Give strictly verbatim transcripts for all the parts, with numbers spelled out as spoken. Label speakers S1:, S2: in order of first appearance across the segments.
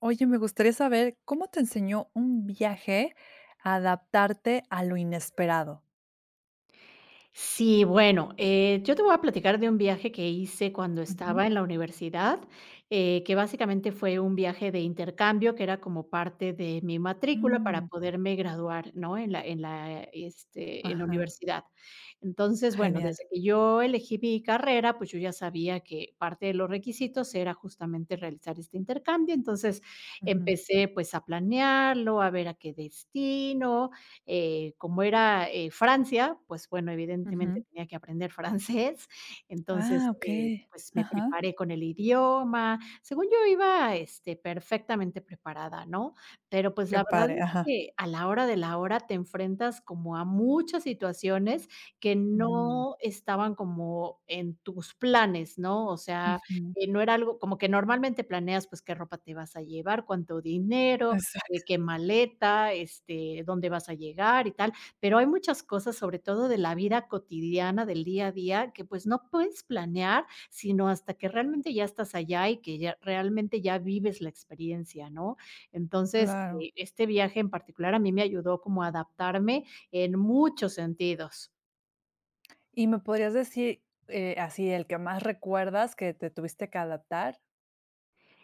S1: Oye, me gustaría saber cómo te enseñó un viaje a adaptarte a lo inesperado.
S2: Sí, bueno, eh, yo te voy a platicar de un viaje que hice cuando
S1: Ujú.
S2: estaba en la universidad, eh, que básicamente fue un viaje de intercambio que era como parte de mi matrícula para
S1: Mm,
S2: poderme graduar, ¿no? En la, en la, este, en la
S1: ajá,
S2: universidad. Entonces, bueno,
S1: genial.
S2: desde que yo elegí mi carrera, pues yo ya sabía que parte de los requisitos era justamente realizar este intercambio. Entonces,
S1: Ujú,
S2: empecé pues a planearlo, a ver a qué destino eh, como era, eh, Francia, pues bueno, evidentemente
S1: ujú.
S2: tenía que aprender francés,
S1: Ah,
S2: entonces, eh,
S1: okey.
S2: pues me
S1: Ajá.
S2: preparé con el idioma. Según yo iba, este, perfectamente preparada, ¿no? Pero, pues,
S1: Qué
S2: la verdad
S1: padre,
S2: es
S1: ajá.
S2: que a la hora de la hora te enfrentas como a muchas situaciones que
S1: Mm,
S2: no estaban como en tus planes, ¿no? O sea,
S1: ujú.
S2: eh, no era algo como que normalmente planeas, pues, qué ropa te vas a llevar, cuánto dinero, eh,
S1: Exacto,
S2: qué maleta, este, dónde vas a llegar y tal, pero hay muchas cosas, sobre todo de la vida cotidiana, del día a día, que pues no puedes planear, sino hasta que realmente ya estás allá y que ya realmente ya vives la experiencia, ¿no? Entonces,
S1: claro.
S2: eh, este viaje en particular a mí me ayudó como a adaptarme en muchos sentidos.
S1: ¿Y me podrías decir, eh, así el que más recuerdas que te tuviste que adaptar?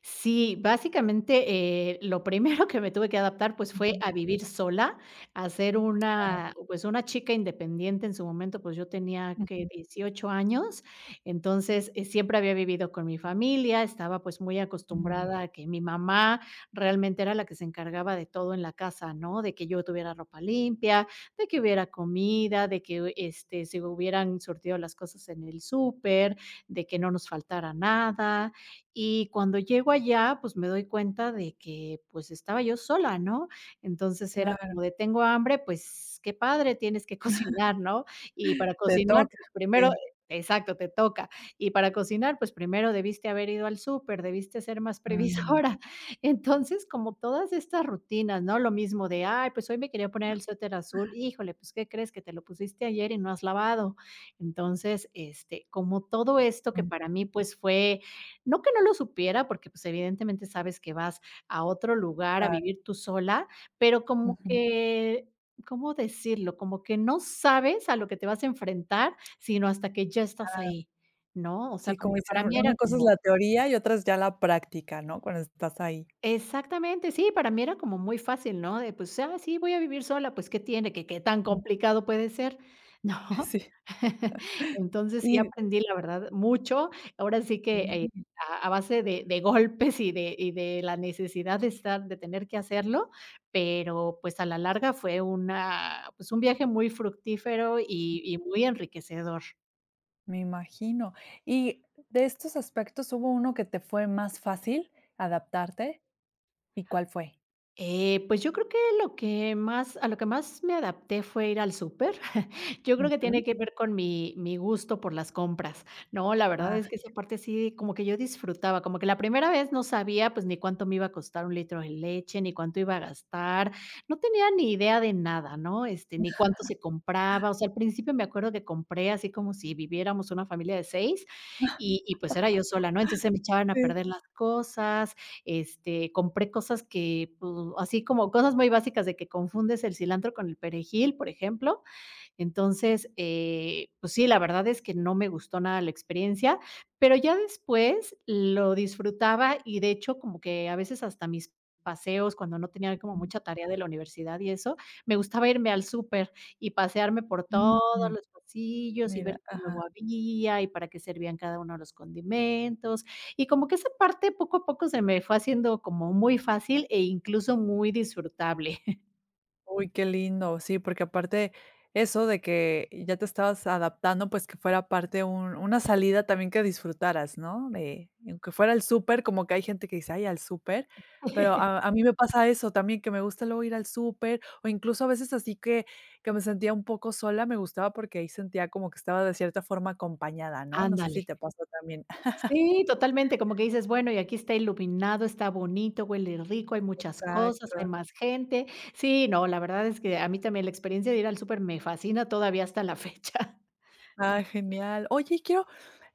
S2: Sí, básicamente, eh, lo primero que me tuve que adaptar, pues, fue
S1: Ujú,
S2: a vivir sola, a ser una, pues, una chica independiente. En su momento, pues, yo tenía, que
S1: ujú.
S2: dieciocho años. Entonces, eh, siempre había vivido con mi familia, estaba, pues, muy
S1: Mm,
S2: acostumbrada a que mi mamá realmente era la que se encargaba de todo en la casa, ¿no? De que yo tuviera ropa limpia, de que hubiera comida, de que, este, se hubieran surtido las cosas en el súper, de que no nos faltara nada. Y cuando llego allá, pues, me doy cuenta de que, pues, estaba yo sola, ¿no? Entonces, era
S1: claro.
S2: como de: "Tengo hambre", pues, qué padre, tienes que cocinar, ¿no? Y para
S1: Te
S2: cocinar,
S1: toca.
S2: pues, primero
S1: Sí.
S2: exacto, te toca. Y para cocinar, pues, primero debiste haber ido al súper, debiste ser más
S1: Mm,
S2: previsora. Entonces, como todas estas rutinas, ¿no? Lo mismo de: "Ay, pues, hoy me quería poner el suéter azul. Híjole, pues, ¿qué crees? Que te lo pusiste ayer y no has lavado". Entonces, este, como todo esto que
S1: mm,
S2: para mí, pues, fue no que no lo supiera, porque, pues, evidentemente sabes que vas a otro lugar a
S1: claro.
S2: vivir tú sola, pero como que, ¿cómo decirlo? Como que no sabes a lo que te vas a enfrentar, sino hasta que ya estás ahí, ¿no? O sea,
S1: Sí,
S2: como
S1: como
S2: que
S1: dicen,
S2: para mí era
S1: una cosa es
S2: como
S1: la teoría y otra es ya la práctica, ¿no? Cuando estás ahí.
S2: exactamente, sí, para mí era como muy fácil, ¿no? De, pues, ah, sí, voy a vivir sola, pues, ¿qué tiene? ¿Qué qué tan
S1: Mm,
S2: complicado puede ser? ¿No?
S1: sí.
S2: Entonces, sí
S1: Y
S2: aprendí, la verdad, mucho. Ahora sí que, eh,
S1: sí,
S2: a a base de de golpes y de y de la necesidad de estar de tener que hacerlo, pero, pues, a la larga fue una, pues, un viaje muy fructífero y y muy enriquecedor.
S1: me imagino. Y de estos aspectos, ¿hubo uno que te fue más fácil adaptarte? ¿Y cuál fue?
S2: Eh, pues yo creo que lo que más a lo que más me adapté fue ir al súper. Yo creo que tiene
S1: Ujú.
S2: que ver con mi mi gusto por las compras, ¿no? La verdad
S1: Ah.
S2: es que esa parte sí, como que yo disfrutaba, como que la primera vez no sabía, pues, ni cuánto me iba a costar un litro de leche, ni cuánto iba a gastar, no tenía ni idea de nada, ¿no? Este, ni cuánto se compraba, o sea, al principio me acuerdo que compré así como si viviéramos una familia de seis y y, pues, era yo sola, ¿no? Entonces, se me echaban a
S1: Sí.
S2: perder las cosas, este, compré cosas que, pues, así como cosas muy básicas de que confundes el cilantro con el perejil, por ejemplo, entonces, eh, pues sí, la verdad es que no me gustó nada la experiencia, pero ya después lo disfrutaba y de hecho como que a veces hasta mis paseos cuando no tenía como mucha tarea de la universidad y eso, me gustaba irme al súper y pasearme por todos
S1: Ujú,
S2: los pasillos y ver
S1: mira,
S2: qué
S1: ajá.
S2: nuevo había y para qué servían cada uno de los condimentos. Y como que esa parte poco a poco se me fue haciendo como muy fácil e incluso muy disfrutable.
S1: Uy, qué lindo. Sí, porque aparte eso de que ya te estabas adaptando, pues que fuera parte un una salida también que disfrutaras, ¿no? De aunque fuera el súper, como que hay gente que dice: "Ay, al súper", pero a a mí me pasa eso también, que me gusta luego ir al súper, o incluso a veces así que que me sentía un poco sola, me gustaba porque ahí sentía como que estaba de cierta forma acompañada, ¿no? No sé
S2: Ándale.
S1: si te pasa también.
S2: Sí, totalmente, como que dices, bueno, y aquí está iluminado, está bonito, huele rico, hay muchas cosas, hay
S1: Exacto.
S2: más gente. Sí, no, la verdad es que a mí también la experiencia de ir al súper me fascina todavía hasta la fecha.
S1: Ah, genial. Oye, y quiero,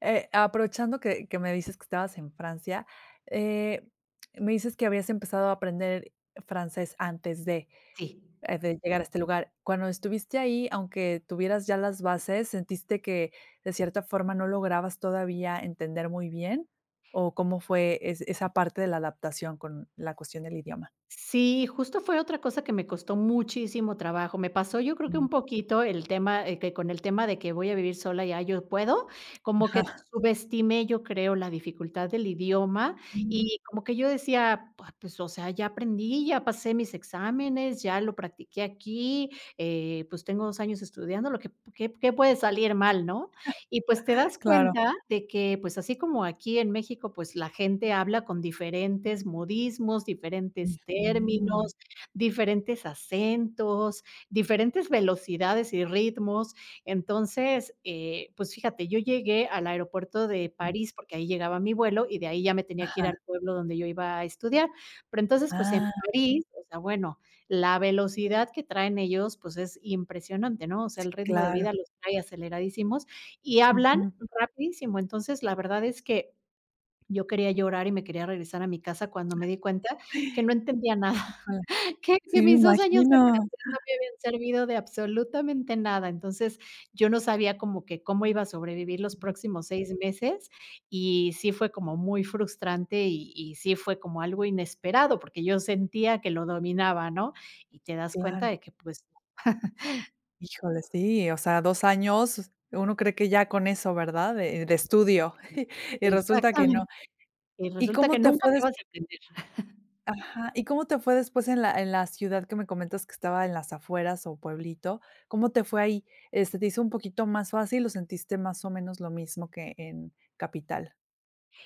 S1: eh, aprovechando que que me dices que estabas en Francia, eh, me dices que habías empezado a aprender francés antes de,
S2: Sí.
S1: eh, de llegar a este lugar. Cuando estuviste ahí, aunque tuvieras ya las bases, ¿sentiste que de cierta forma no lograbas todavía entender muy bien? ¿O cómo fue es esa parte de la adaptación con la cuestión del idioma?
S2: Sí, justo fue otra cosa que me costó muchísimo trabajo. Me pasó, yo creo que
S1: Mm,
S2: un poquito el tema, eh, que con el tema de que voy a vivir sola, y ah, yo puedo, como que
S1: ajá.
S2: subestimé, yo creo, la dificultad del idioma
S1: Mm,
S2: y como que yo decía, "Pua, pues, o sea, ya aprendí, ya pasé mis exámenes, ya lo practiqué aquí, eh, pues tengo dos años estudiando, lo que, ¿qué, qué puede salir mal, no? Y, pues, te das
S1: claro.
S2: cuenta de que, pues, así como aquí en México, pues, la gente habla con diferentes modismos, diferentes
S1: Ujú,
S2: términos, diferentes acentos, diferentes velocidades y ritmos. Entonces, eh, pues, fíjate, yo llegué al aeropuerto de París, porque ahí llegaba mi vuelo, y de ahí ya me tenía que ir al
S1: ajá.
S2: pueblo donde yo iba a estudiar. Pero entonces, pues, en
S1: Ah,
S2: París, o sea, bueno, la velocidad que traen ellos, pues, es impresionante, ¿no? O sea, el ritmo de
S1: claro.
S2: vida los trae aceleradísimos. Y hablan
S1: Ujú.
S2: rapidísimo. Entonces, la verdad es que yo quería llorar y me quería regresar a mi casa cuando me di cuenta que no entendía nada,
S1: Híjole,
S2: que
S1: sí,
S2: que
S1: me
S2: mis dos años de
S1: imagino.
S2: verdad me habían servido de absolutamente nada. Entonces, yo no sabía como que cómo iba a sobrevivir los próximos seis meses, y sí fue como muy frustrante, y y sí fue como algo inesperado, porque yo sentía que lo dominaba, ¿no? Y te das cuenta
S1: Claro.
S2: de que, pues
S1: Híjole, sí, o sea, dos años, uno cree que ya con eso, ¿verdad? De de estudio, y resulta que no.
S2: exactamente, y
S1: ¿Y
S2: resulta
S1: cómo
S2: que
S1: te
S2: nunca
S1: fue
S2: te
S1: des
S2: vas a aprender.
S1: ajá, y cómo te fue después en la en la ciudad que me comentas que estaba en las afueras o pueblito? ¿Cómo te fue ahí? Eh, te hizo un poquito más fácil o sentiste más o menos lo mismo que en capital?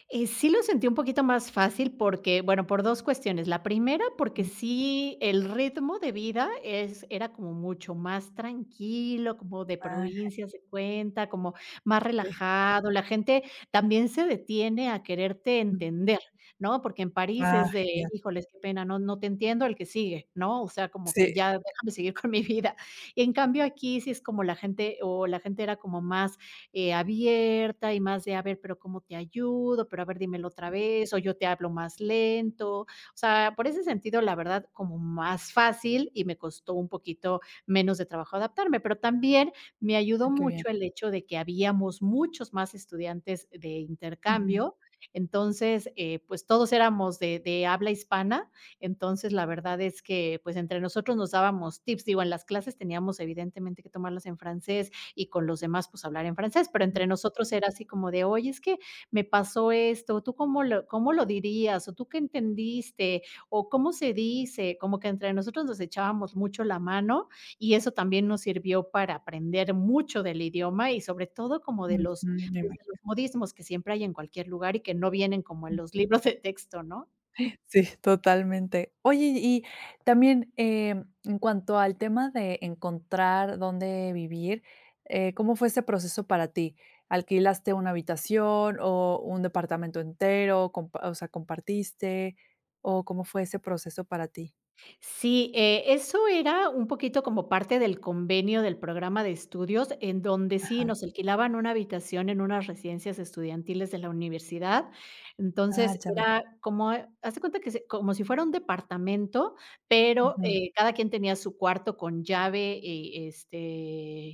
S2: Eh, sí lo sentí un poquito más fácil porque, bueno, por dos cuestiones. La primera, porque
S1: Ujú.
S2: sí, el ritmo de vida es era como mucho más tranquilo, como de
S1: Ah,
S2: provincia, se cuenta, como más
S1: gente.
S2: relajado. La gente también se detiene a quererte entender, ¿no? Porque en París
S1: Ah,
S2: es de:
S1: genial.
S2: "Híjoles, qué pena, no no te entiendo, el que sigue", ¿no? O sea, como que
S1: Sí.
S2: ya déjame seguir con mi vida. y En cambio, aquí sí es como la gente o la gente era como más eh, abierta y más de, a ver, pero ¿cómo te ayudo? Pero a ver, dímelo otra vez, o yo te hablo más lento. O sea, por ese sentido, la verdad, como más fácil y me costó un poquito menos de trabajo adaptarme, pero también me ayudó
S1: Ah, qué bien.
S2: mucho el hecho de que habíamos muchos más estudiantes de
S1: Ujú.
S2: intercambio. Entonces, eh, pues todos éramos de, de habla hispana, entonces la verdad es que pues entre nosotros nos dábamos tips, digo, en las clases teníamos evidentemente que tomarlas en francés, y con los demás, pues, hablar en francés, pero entre nosotros era así como de: "Oye, es que me pasó esto, ¿tú cómo lo cómo lo dirías? ¿O tú qué entendiste? ¿O cómo se dice?". Como que entre nosotros nos echábamos mucho la mano y eso también nos sirvió para aprender mucho del idioma y sobre todo como de los,
S1: Ujú, me
S2: pues, de los
S1: imagino.
S2: modismos que siempre hay en cualquier lugar y que no vienen como en los libros de texto, ¿no?
S1: Sí, totalmente. Oye, y también, eh, en cuanto al tema de encontrar dónde vivir, eh, ¿cómo fue ese proceso para ti? ¿Alquilaste una habitación o un departamento entero? Compa O sea, ¿compartiste? ¿O cómo fue ese proceso para ti?
S2: Sí, eh, eso era un poquito como parte del convenio del programa de estudios, en donde sí
S1: Ajá.
S2: nos alquilaban una habitación en unas residencias estudiantiles de la universidad.
S1: Ah,
S2: Entonces,
S1: ya veo.
S2: era como, eh, haz de cuenta que se- como si fuera un departamento, pero
S1: Ujú.
S2: eh, cada quien tenía su cuarto con llave eh, este,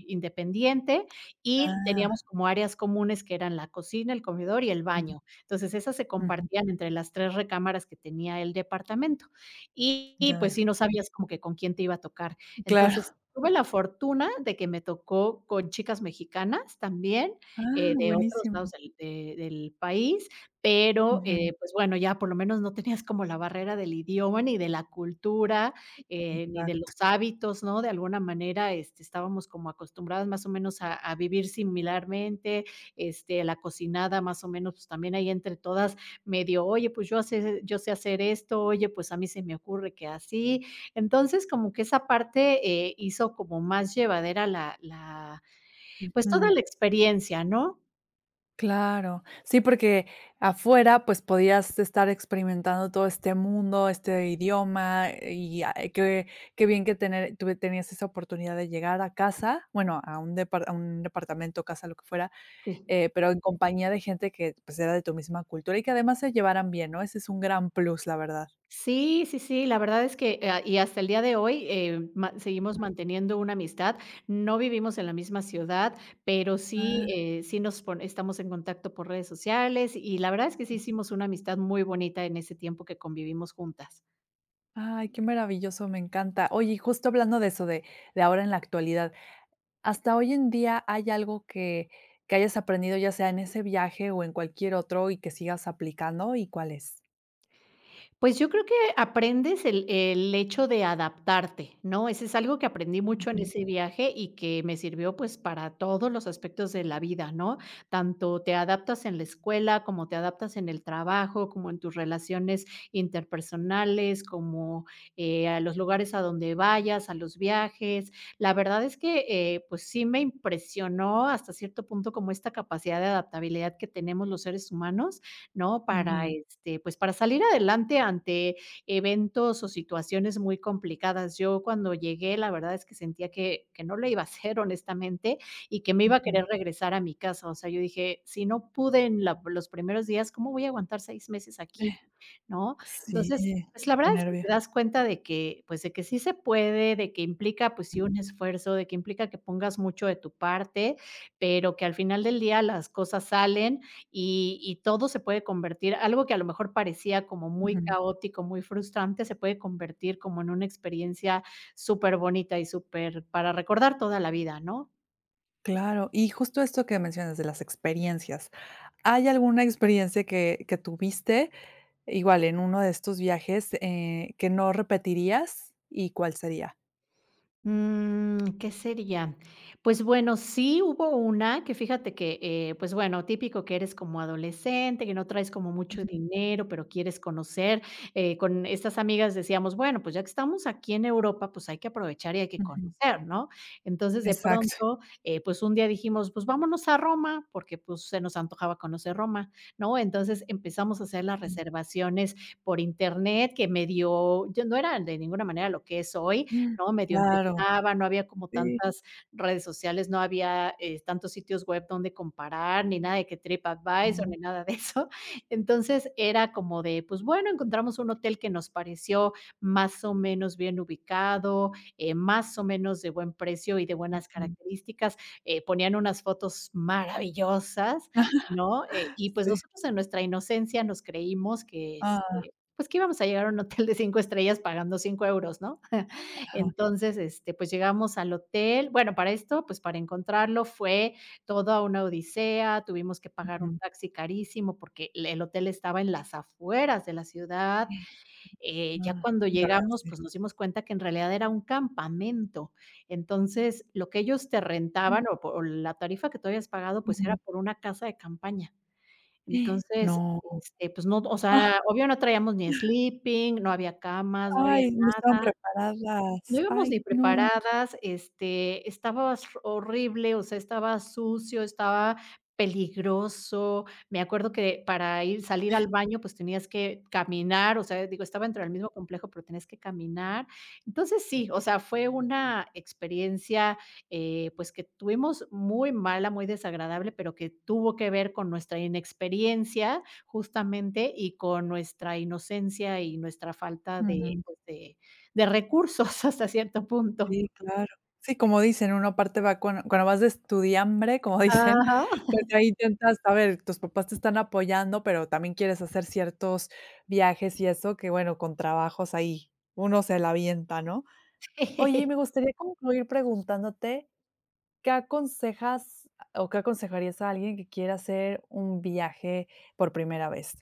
S2: independiente y
S1: Ah,
S2: teníamos como áreas comunes que eran la cocina, el comedor y el
S1: ujú,
S2: baño. Entonces, esas se
S1: ujú,
S2: compartían entre las tres recámaras que tenía el departamento. Y y,
S1: ya
S2: pues,
S1: veo.
S2: sí, no sabías como que con quién te iba a tocar. Entonces,
S1: Claro.
S2: tuve la fortuna de que me tocó con chicas mexicanas también,
S1: Ah,
S2: eh, de otros lados
S1: buenísimo.
S2: del de del país, pero, eh,
S1: Ujú.
S2: pues, bueno, ya por lo menos no tenías como la barrera del idioma, ni de la cultura, eh, ni de
S1: Exacto.
S2: los hábitos, ¿no? De alguna manera, este, estábamos como acostumbradas más o menos a a vivir similarmente, este, la cocinada más o menos, pues, también ahí entre todas medio, oye, pues yo, hace, yo sé hacer esto, oye, pues a mí se me ocurre que así. Entonces, como que esa parte eh, hizo como más llevadera la, la, pues toda la experiencia, ¿no?
S1: Claro, sí, porque afuera pues podías estar experimentando todo este mundo, este idioma y ah, eh, qué, qué bien que tener, tuve- tenías esa oportunidad de llegar a casa, bueno, a un, depar- a un departamento, casa, lo que fuera,
S2: Sí.
S1: eh, pero en compañía de gente que pues era de tu misma cultura y que además se llevaran bien, ¿no? Ese es un gran plus, la verdad.
S2: Sí, sí, sí, la verdad es que eh, y hasta el día de hoy eh, ma- seguimos manteniendo una amistad. No vivimos en la misma ciudad, pero sí,
S1: Ah,
S2: eh, sí nos pon- estamos en contacto por redes sociales y la verdad es que sí hicimos una amistad muy bonita en ese tiempo que convivimos juntas.
S1: ay, qué maravilloso, me encanta. Oye, y justo hablando de eso, de, de ahora en la actualidad, hasta hoy en día, ¿hay algo que que hayas aprendido, ya sea en ese viaje o en cualquier otro, y que sigas aplicando, y cuál es?
S2: Pues yo creo que aprendes el el hecho de adaptarte, ¿no? Ese es algo que aprendí mucho en
S1: Ujú,
S2: ese viaje y que me sirvió, pues, para todos los aspectos de la vida, ¿no? Tanto te adaptas en la escuela, como te adaptas en el trabajo, como en tus relaciones interpersonales, como, eh, a los lugares a donde vayas, a los viajes. La verdad es que, eh, pues, sí me impresionó hasta cierto punto como esta capacidad de adaptabilidad que tenemos los seres humanos, ¿no? Para,
S1: ujú,
S2: este, pues, para salir adelante ante eventos o situaciones muy complicadas. Yo cuando llegué, la verdad es que sentía que que no le iba a hacer, honestamente, y que me iba a querer
S1: ujú.
S2: regresar a mi casa. O sea, yo dije: "Si no pude en la los primeros días, ¿cómo voy a aguantar seis meses aquí?", ¿no?
S1: Sí,
S2: Entonces, pues, la
S1: qué
S2: verdad es que te
S1: nervio.
S2: das cuenta de que, pues, de que sí se puede, de que implica, pues sí, un esfuerzo, de que implica que pongas mucho de tu parte, pero que al final del día las cosas salen y y todo se puede convertir algo que a lo mejor parecía como muy
S1: Ujú.
S2: caótico, muy frustrante, se puede convertir como en una experiencia superbonita y super para recordar toda la vida, ¿no?
S1: Claro, y justo esto que mencionas de las experiencias, ¿hay alguna experiencia que que tuviste, igual en uno de estos viajes, eh, que no repetirías, y cuál sería?
S2: Mm, ¿qué sería? Pues bueno, sí hubo una que fíjate que, eh, pues bueno, típico que eres como adolescente, que no traes como mucho
S1: Ujú,
S2: dinero, pero quieres conocer. Eh, con estas amigas decíamos, bueno, pues ya que estamos aquí en Europa, pues hay que aprovechar y hay que
S1: ujú.
S2: conocer, ¿no? Entonces de
S1: Exacto.
S2: pronto, eh, pues un día dijimos, pues vámonos a Roma, porque pues se nos antojaba conocer Roma, ¿no? Entonces empezamos a hacer las reservaciones por internet, que medio, yo no era de ninguna manera lo que es hoy,
S1: Mm,
S2: ¿no? Medio
S1: claro,
S2: empezaba, no había como
S1: sí.
S2: tantas redes sociales, no había, eh, tantos sitios web donde comparar, ni nada de que TripAdvisor,
S1: Ujú,
S2: ni nada de eso. Entonces, era como de, pues, bueno, encontramos un hotel que nos pareció más o menos bien ubicado, eh, más o menos de buen precio y de buenas
S1: ujú.
S2: características. Eh, ponían unas fotos maravillosas, ¿no? Eh, y, pues,
S1: Sí.
S2: nosotros en nuestra inocencia nos creímos que,
S1: ああ、ajá,
S2: este, pues, que íbamos a llegar a un hotel de cinco estrellas pagando cinco euros, ¿no? Entonces, este, pues llegamos al hotel. Bueno, para esto, pues para encontrarlo fue toda una odisea, tuvimos que pagar un
S1: ujú.
S2: taxi carísimo porque el el hotel estaba en las afueras de la ciudad. Eh, ya
S1: Ah,
S2: cuando
S1: ya veo,
S2: llegamos,
S1: sí.
S2: pues nos dimos cuenta que en realidad era un campamento. Entonces, lo que ellos te rentaban o por o la tarifa que tú habías pagado, pues era
S1: Ujú.
S2: por una casa de campaña. Entonces,
S1: No.
S2: este, pues no, o
S1: Ah,
S2: sea, obvio no traíamos ni sleeping, no había camas, no había,
S1: ay, no estaban
S2: no
S1: preparadas.
S2: íbamos ni
S1: Ay, no.
S2: preparadas, este, estaba s horrible, o sea, estaba sucio, estaba peligroso. Me acuerdo que para ir salir al baño, pues, tenías que caminar, o sea, digo, estaba dentro del mismo complejo, pero tenías que caminar. Entonces, sí, o sea, fue una experiencia, eh, pues, que tuvimos muy mala, muy desagradable, pero que tuvo que ver con nuestra inexperiencia, justamente, y con nuestra inocencia y nuestra falta de,
S1: Ujú.
S2: pues, de de recursos hasta cierto punto.
S1: Sí, claro. Sí, como dicen, uno aparte va cuan cuando vas de estudiambre, como dicen,
S2: Ajá.
S1: pues ahí intentas, a ver, tus papás te están apoyando, pero también quieres hacer ciertos viajes y eso que, bueno, con trabajos ahí uno se la avienta, ¿no? Oye, me gustaría concluir preguntándote. ¿Qué aconsejas o qué aconsejarías a alguien que quiera hacer un viaje por primera vez?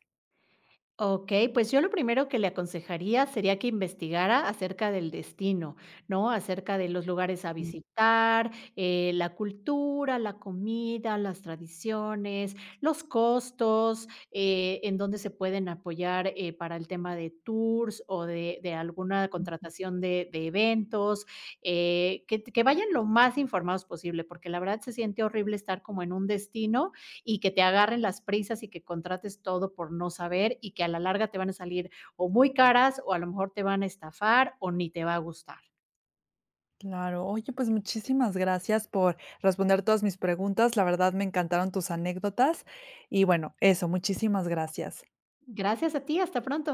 S2: Okey, pues yo lo primero que le aconsejaría sería que investigara acerca del destino, ¿no? Acerca de los lugares a
S1: Mm.
S2: visitar, eh, la cultura, la comida, las tradiciones, los costos, eh, en dónde se pueden apoyar, eh, para el tema de tours o de de alguna contratación de de eventos, eh, que que vayan lo más informados posible, porque la verdad se siente horrible estar como en un destino y que te agarren las prisas y que contrates todo por no saber y que a la larga te van a salir o muy caras o a lo mejor te van a estafar o ni te va a gustar.
S1: Claro, oye, pues muchísimas gracias por responder todas mis preguntas. La verdad me encantaron tus anécdotas y bueno, eso, muchísimas gracias.
S2: Gracias a ti, hasta pronto.